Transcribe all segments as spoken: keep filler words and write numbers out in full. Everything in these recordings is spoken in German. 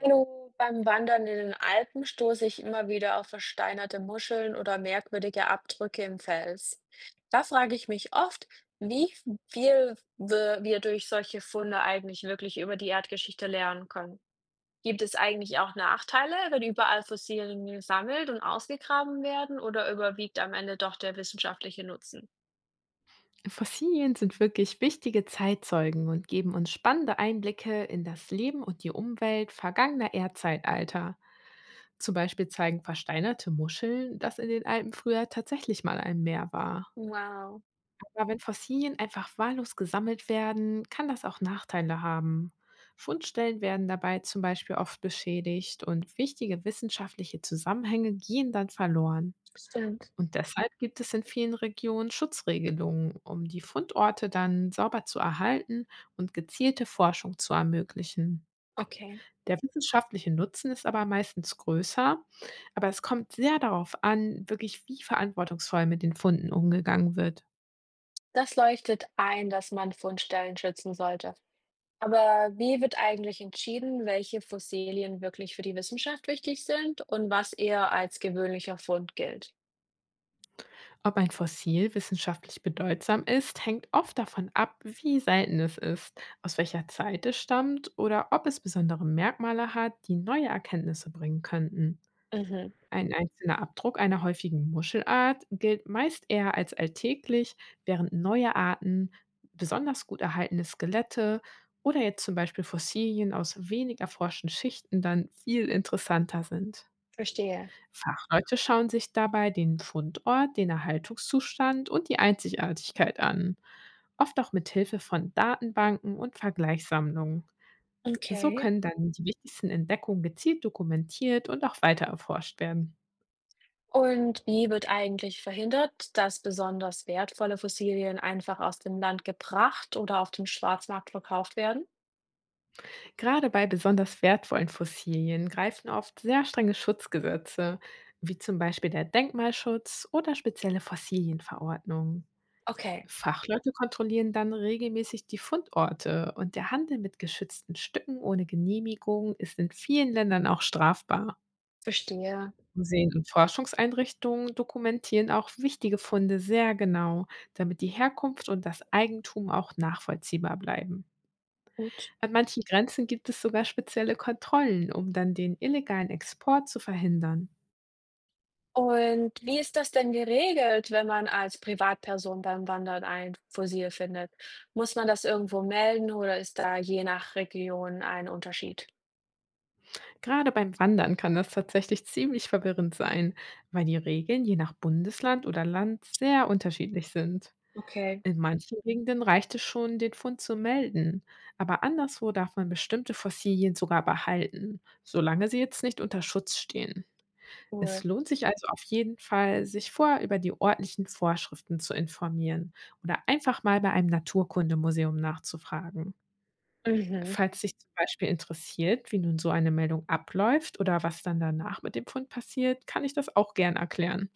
Hallo, beim Wandern in den Alpen stoße ich immer wieder auf versteinerte Muscheln oder merkwürdige Abdrücke im Fels. Da frage ich mich oft, wie viel wir, wir durch solche Funde eigentlich wirklich über die Erdgeschichte lernen können. Gibt es eigentlich auch Nachteile, wenn überall Fossilien gesammelt und ausgegraben werden, oder überwiegt am Ende doch der wissenschaftliche Nutzen? Fossilien sind wirklich wichtige Zeitzeugen und geben uns spannende Einblicke in das Leben und die Umwelt vergangener Erdzeitalter. Zum Beispiel zeigen versteinerte Muscheln, dass in den Alpen früher tatsächlich mal ein Meer war. Wow, Aber wenn Fossilien einfach wahllos gesammelt werden, kann das auch Nachteile haben. Fundstellen werden dabei zum Beispiel oft beschädigt und wichtige wissenschaftliche Zusammenhänge gehen dann verloren. stimmt. Und deshalb gibt es in vielen Regionen Schutzregelungen, um die Fundorte dann sauber zu erhalten und gezielte Forschung zu ermöglichen. Okay. Der wissenschaftliche Nutzen ist aber meistens größer, aber es kommt sehr darauf an, wirklich wie verantwortungsvoll mit den Funden umgegangen wird. Das leuchtet ein, dass man Fundstellen schützen sollte. Aber wie wird eigentlich entschieden, welche Fossilien wirklich für die Wissenschaft wichtig sind und was eher als gewöhnlicher Fund gilt? Ob ein Fossil wissenschaftlich bedeutsam ist, hängt oft davon ab, wie selten es ist, aus welcher Zeit es stammt oder ob es besondere Merkmale hat, die neue Erkenntnisse bringen könnten. Mhm, Ein einzelner Abdruck einer häufigen Muschelart gilt meist eher als alltäglich, während neue Arten, besonders gut erhaltene Skelette oder jetzt zum Beispiel Fossilien aus wenig erforschten Schichten dann viel interessanter sind. verstehe. Fachleute schauen sich dabei den Fundort, den Erhaltungszustand und die Einzigartigkeit an, oft auch mit Hilfe von Datenbanken und Vergleichssammlungen. So Okay. können dann die wichtigsten Entdeckungen gezielt dokumentiert und auch weiter erforscht werden. Und wie wird eigentlich verhindert, dass besonders wertvolle Fossilien einfach aus dem Land gebracht oder auf dem Schwarzmarkt verkauft werden? Gerade bei besonders wertvollen Fossilien greifen oft sehr strenge Schutzgesetze, wie zum Beispiel der Denkmalschutz oder spezielle Fossilienverordnungen. Okay. Fachleute kontrollieren dann regelmäßig die Fundorte und der Handel mit geschützten Stücken ohne Genehmigung ist in vielen Ländern auch strafbar. Verstehe, Museen und Forschungseinrichtungen dokumentieren auch wichtige Funde sehr genau, damit die Herkunft und das Eigentum auch nachvollziehbar bleiben. gut. An manchen Grenzen gibt es sogar spezielle Kontrollen, um dann den illegalen Export zu verhindern. Und wie ist das denn geregelt, wenn man als Privatperson beim Wandern ein Fossil findet? Muss man das irgendwo melden oder ist da je nach Region ein Unterschied? Gerade beim Wandern kann das tatsächlich ziemlich verwirrend sein, weil die Regeln je nach Bundesland oder Land sehr unterschiedlich sind. Okay, In manchen Gegenden reicht es schon, den Fund zu melden, aber anderswo darf man bestimmte Fossilien sogar behalten, solange sie jetzt nicht unter Schutz stehen. Es cool. lohnt sich also auf jeden Fall, sich vorher über die örtlichen Vorschriften zu informieren oder einfach mal bei einem Naturkundemuseum nachzufragen. Mhm. Falls dich zum Beispiel interessiert, wie nun so eine Meldung abläuft oder was dann danach mit dem Fund passiert, kann ich das auch gern erklären.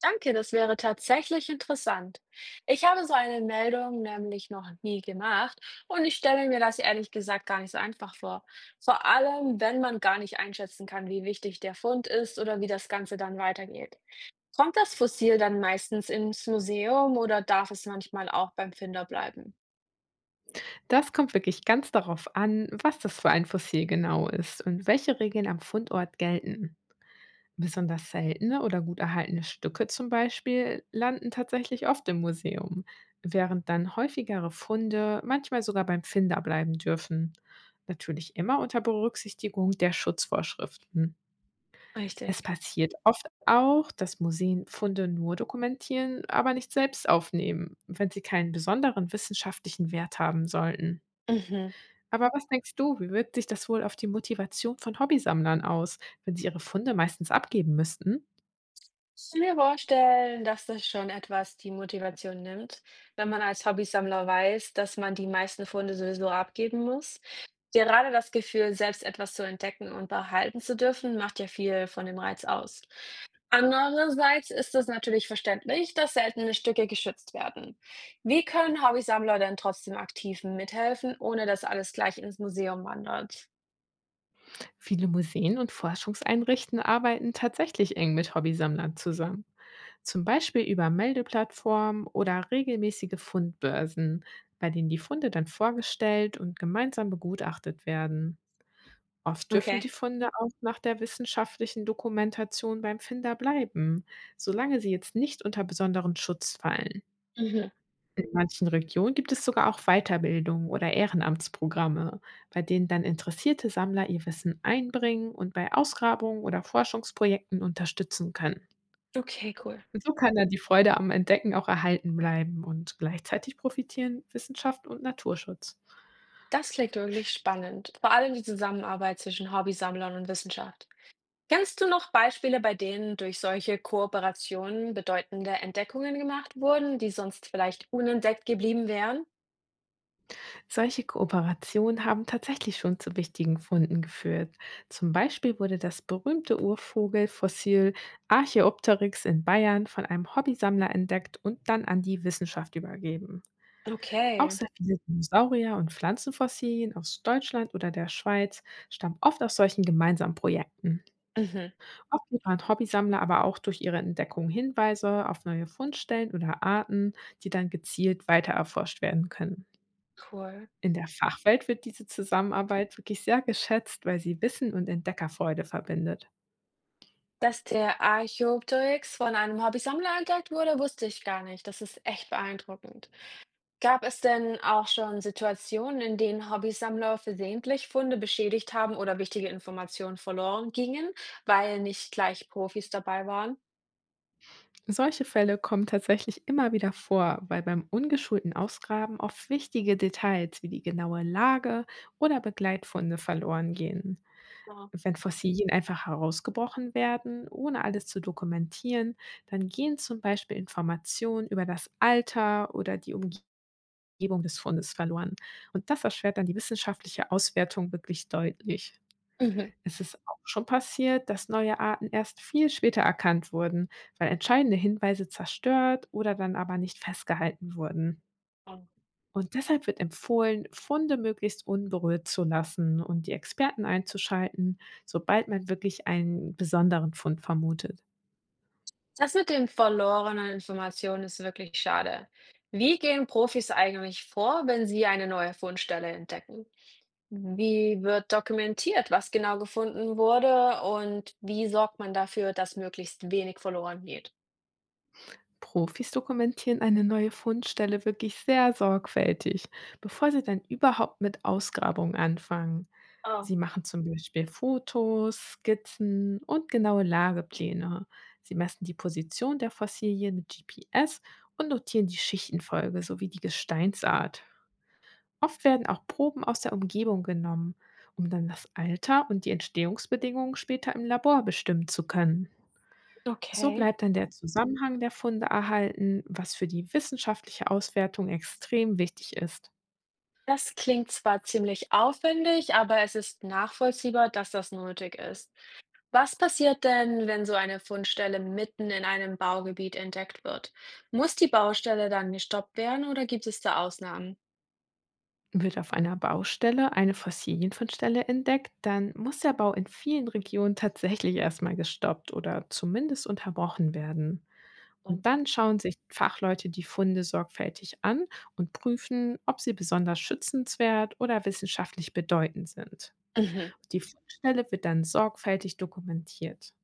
Danke, das wäre tatsächlich interessant. Ich habe so eine Meldung nämlich noch nie gemacht und ich stelle mir das ehrlich gesagt gar nicht so einfach vor. Vor allem, wenn man gar nicht einschätzen kann, wie wichtig der Fund ist oder wie das Ganze dann weitergeht. Kommt das Fossil dann meistens ins Museum oder darf es manchmal auch beim Finder bleiben? Das kommt wirklich ganz darauf an, was das für ein Fossil genau ist und welche Regeln am Fundort gelten. Besonders seltene oder gut erhaltene Stücke zum Beispiel landen tatsächlich oft im Museum, während dann häufigere Funde manchmal sogar beim Finder bleiben dürfen. Natürlich immer unter Berücksichtigung der Schutzvorschriften. Es Richtig. passiert oft auch, dass Museen Funde nur dokumentieren, aber nicht selbst aufnehmen, wenn sie keinen besonderen wissenschaftlichen Wert haben sollten. Mhm. Aber was denkst du, wie wirkt sich das wohl auf die Motivation von Hobbysammlern aus, wenn sie ihre Funde meistens abgeben müssten? Ich kann mir vorstellen, dass das schon etwas die Motivation nimmt, wenn man als Hobbysammler weiß, dass man die meisten Funde sowieso abgeben muss. Gerade das Gefühl, selbst etwas zu entdecken und behalten zu dürfen, macht ja viel von dem Reiz aus. Andererseits ist es natürlich verständlich, dass seltene Stücke geschützt werden. Wie können Hobbysammler denn trotzdem aktiv mithelfen, ohne dass alles gleich ins Museum wandert? Viele Museen und Forschungseinrichten arbeiten tatsächlich eng mit Hobbysammlern zusammen, zum Beispiel über Meldeplattformen oder regelmäßige Fundbörsen, bei denen die Funde dann vorgestellt und gemeinsam begutachtet werden. Oft dürfen Okay. die Funde auch nach der wissenschaftlichen Dokumentation beim Finder bleiben, solange sie jetzt nicht unter besonderen Schutz fallen. Mhm. In manchen Regionen gibt es sogar auch Weiterbildungen oder Ehrenamtsprogramme, bei denen dann interessierte Sammler ihr Wissen einbringen und bei Ausgrabungen oder Forschungsprojekten unterstützen können. Okay, cool. So kann dann die Freude am Entdecken auch erhalten bleiben und gleichzeitig profitieren Wissenschaft und Naturschutz. Das klingt wirklich spannend. Vor allem die Zusammenarbeit zwischen Hobbysammlern und Wissenschaft. Kennst du noch Beispiele, bei denen durch solche Kooperationen bedeutende Entdeckungen gemacht wurden, die sonst vielleicht unentdeckt geblieben wären? Solche Kooperationen haben tatsächlich schon zu wichtigen Funden geführt. Zum Beispiel wurde das berühmte Urvogelfossil Archaeopteryx in Bayern von einem Hobbysammler entdeckt und dann an die Wissenschaft übergeben. Auch Okay. sehr viele Dinosaurier und Pflanzenfossilien aus Deutschland oder der Schweiz stammen oft aus solchen gemeinsamen Projekten. Mhm. Oft liefern Hobbysammler aber auch durch ihre Entdeckungen Hinweise auf neue Fundstellen oder Arten, die dann gezielt weiter erforscht werden können. Cool. In der Fachwelt wird diese Zusammenarbeit wirklich sehr geschätzt, weil sie Wissen und Entdeckerfreude verbindet. Dass der Archaeopteryx von einem Hobbysammler entdeckt wurde, wusste ich gar nicht. Das ist echt beeindruckend. Gab es denn auch schon Situationen, in denen Hobbysammler versehentlich Funde beschädigt haben oder wichtige Informationen verloren gingen, weil nicht gleich Profis dabei waren? Solche Fälle kommen tatsächlich immer wieder vor, weil beim ungeschulten Ausgraben oft wichtige Details wie die genaue Lage oder Begleitfunde verloren gehen. Ja. Wenn Fossilien einfach herausgebrochen werden, ohne alles zu dokumentieren, dann gehen zum Beispiel Informationen über das Alter oder die Umgebung des Fundes verloren. Und das erschwert dann die wissenschaftliche Auswertung wirklich deutlich. Mhm. Es ist auch schon passiert, dass neue Arten erst viel später erkannt wurden, weil entscheidende Hinweise zerstört oder dann aber nicht festgehalten wurden. Ja. Und deshalb wird empfohlen, Funde möglichst unberührt zu lassen und die Experten einzuschalten, sobald man wirklich einen besonderen Fund vermutet. Das mit den verlorenen Informationen ist wirklich schade. Wie gehen Profis eigentlich vor, wenn sie eine neue Fundstelle entdecken? Wie wird dokumentiert, was genau gefunden wurde und wie sorgt man dafür, dass möglichst wenig verloren geht? Profis dokumentieren eine neue Fundstelle wirklich sehr sorgfältig, bevor sie dann überhaupt mit Ausgrabungen anfangen. Oh, Sie machen zum Beispiel Fotos, Skizzen und genaue Lagepläne. Sie messen die Position der Fossilien mit G P S und notieren die Schichtenfolge sowie die Gesteinsart. Oft werden auch Proben aus der Umgebung genommen, um dann das Alter und die Entstehungsbedingungen später im Labor bestimmen zu können. So okay. bleibt dann der Zusammenhang der Funde erhalten, was für die wissenschaftliche Auswertung extrem wichtig ist. Das klingt zwar ziemlich aufwendig, aber es ist nachvollziehbar, dass das nötig ist. Was passiert denn, wenn so eine Fundstelle mitten in einem Baugebiet entdeckt wird? Muss die Baustelle dann gestoppt werden oder gibt es da Ausnahmen? Wird auf einer Baustelle eine Fossilienfundstelle entdeckt, dann muss der Bau in vielen Regionen tatsächlich erstmal gestoppt oder zumindest unterbrochen werden. Und Oh, dann schauen sich Fachleute die Funde sorgfältig an und prüfen, ob sie besonders schützenswert oder wissenschaftlich bedeutend sind. mhm. Die Fundstelle wird dann sorgfältig dokumentiert.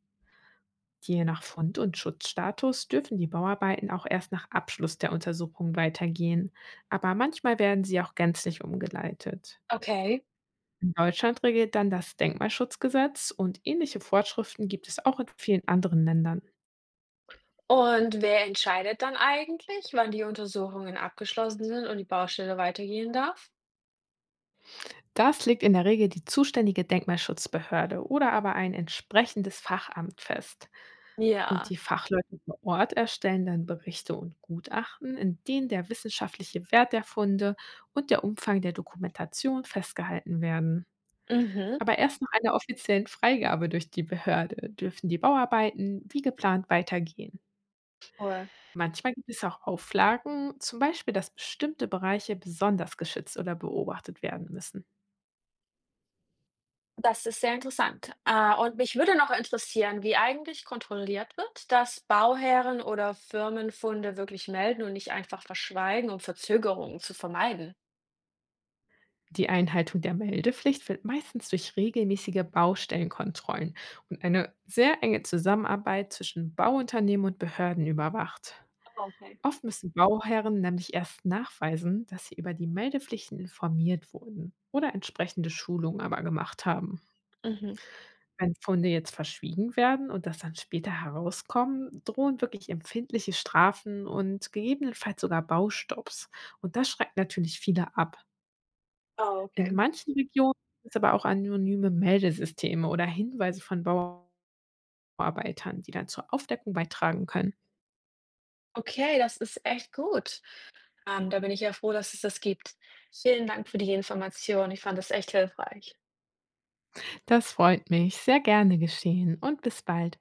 Je nach Fund und Schutzstatus dürfen die Bauarbeiten auch erst nach Abschluss der Untersuchung weitergehen, aber manchmal werden sie auch gänzlich umgeleitet. Okay. In Deutschland regelt dann das Denkmalschutzgesetz und ähnliche Vorschriften gibt es auch in vielen anderen Ländern. Und wer entscheidet dann eigentlich, wann die Untersuchungen abgeschlossen sind und die Baustelle weitergehen darf? Das legt in der Regel die zuständige Denkmalschutzbehörde oder aber ein entsprechendes Fachamt fest. Und Ja, die Fachleute vor Ort erstellen dann Berichte und Gutachten, in denen der wissenschaftliche Wert der Funde und der Umfang der Dokumentation festgehalten werden. mhm. Aber erst nach einer offiziellen Freigabe durch die Behörde dürfen die Bauarbeiten wie geplant weitergehen. Cool. Manchmal gibt es auch Auflagen, zum Beispiel, dass bestimmte Bereiche besonders geschützt oder beobachtet werden müssen. Das ist sehr interessant. Äh, und mich würde noch interessieren, wie eigentlich kontrolliert wird, dass Bauherren oder Firmen Funde wirklich melden und nicht einfach verschweigen, um Verzögerungen zu vermeiden. Die Einhaltung der Meldepflicht wird meistens durch regelmäßige Baustellenkontrollen und eine sehr enge Zusammenarbeit zwischen Bauunternehmen und Behörden überwacht. Ah, okay. Oft müssen Bauherren nämlich erst nachweisen, dass sie über die Meldepflichten informiert wurden oder entsprechende Schulungen aber gemacht haben. Mhm. Wenn Funde jetzt verschwiegen werden und das dann später herauskommen, drohen wirklich empfindliche Strafen und gegebenenfalls sogar Baustopps. Und das schreckt natürlich viele ab. Oh, In okay. manchen Regionen gibt's aber auch anonyme Meldesysteme oder Hinweise von Bauarbeitern, die dann zur Aufdeckung beitragen können. Okay, das ist echt gut. Ähm, da bin ich ja froh, dass es das gibt. Vielen Dank für die Information. Ich fand das echt hilfreich. Das freut mich. Sehr gerne geschehen und bis bald.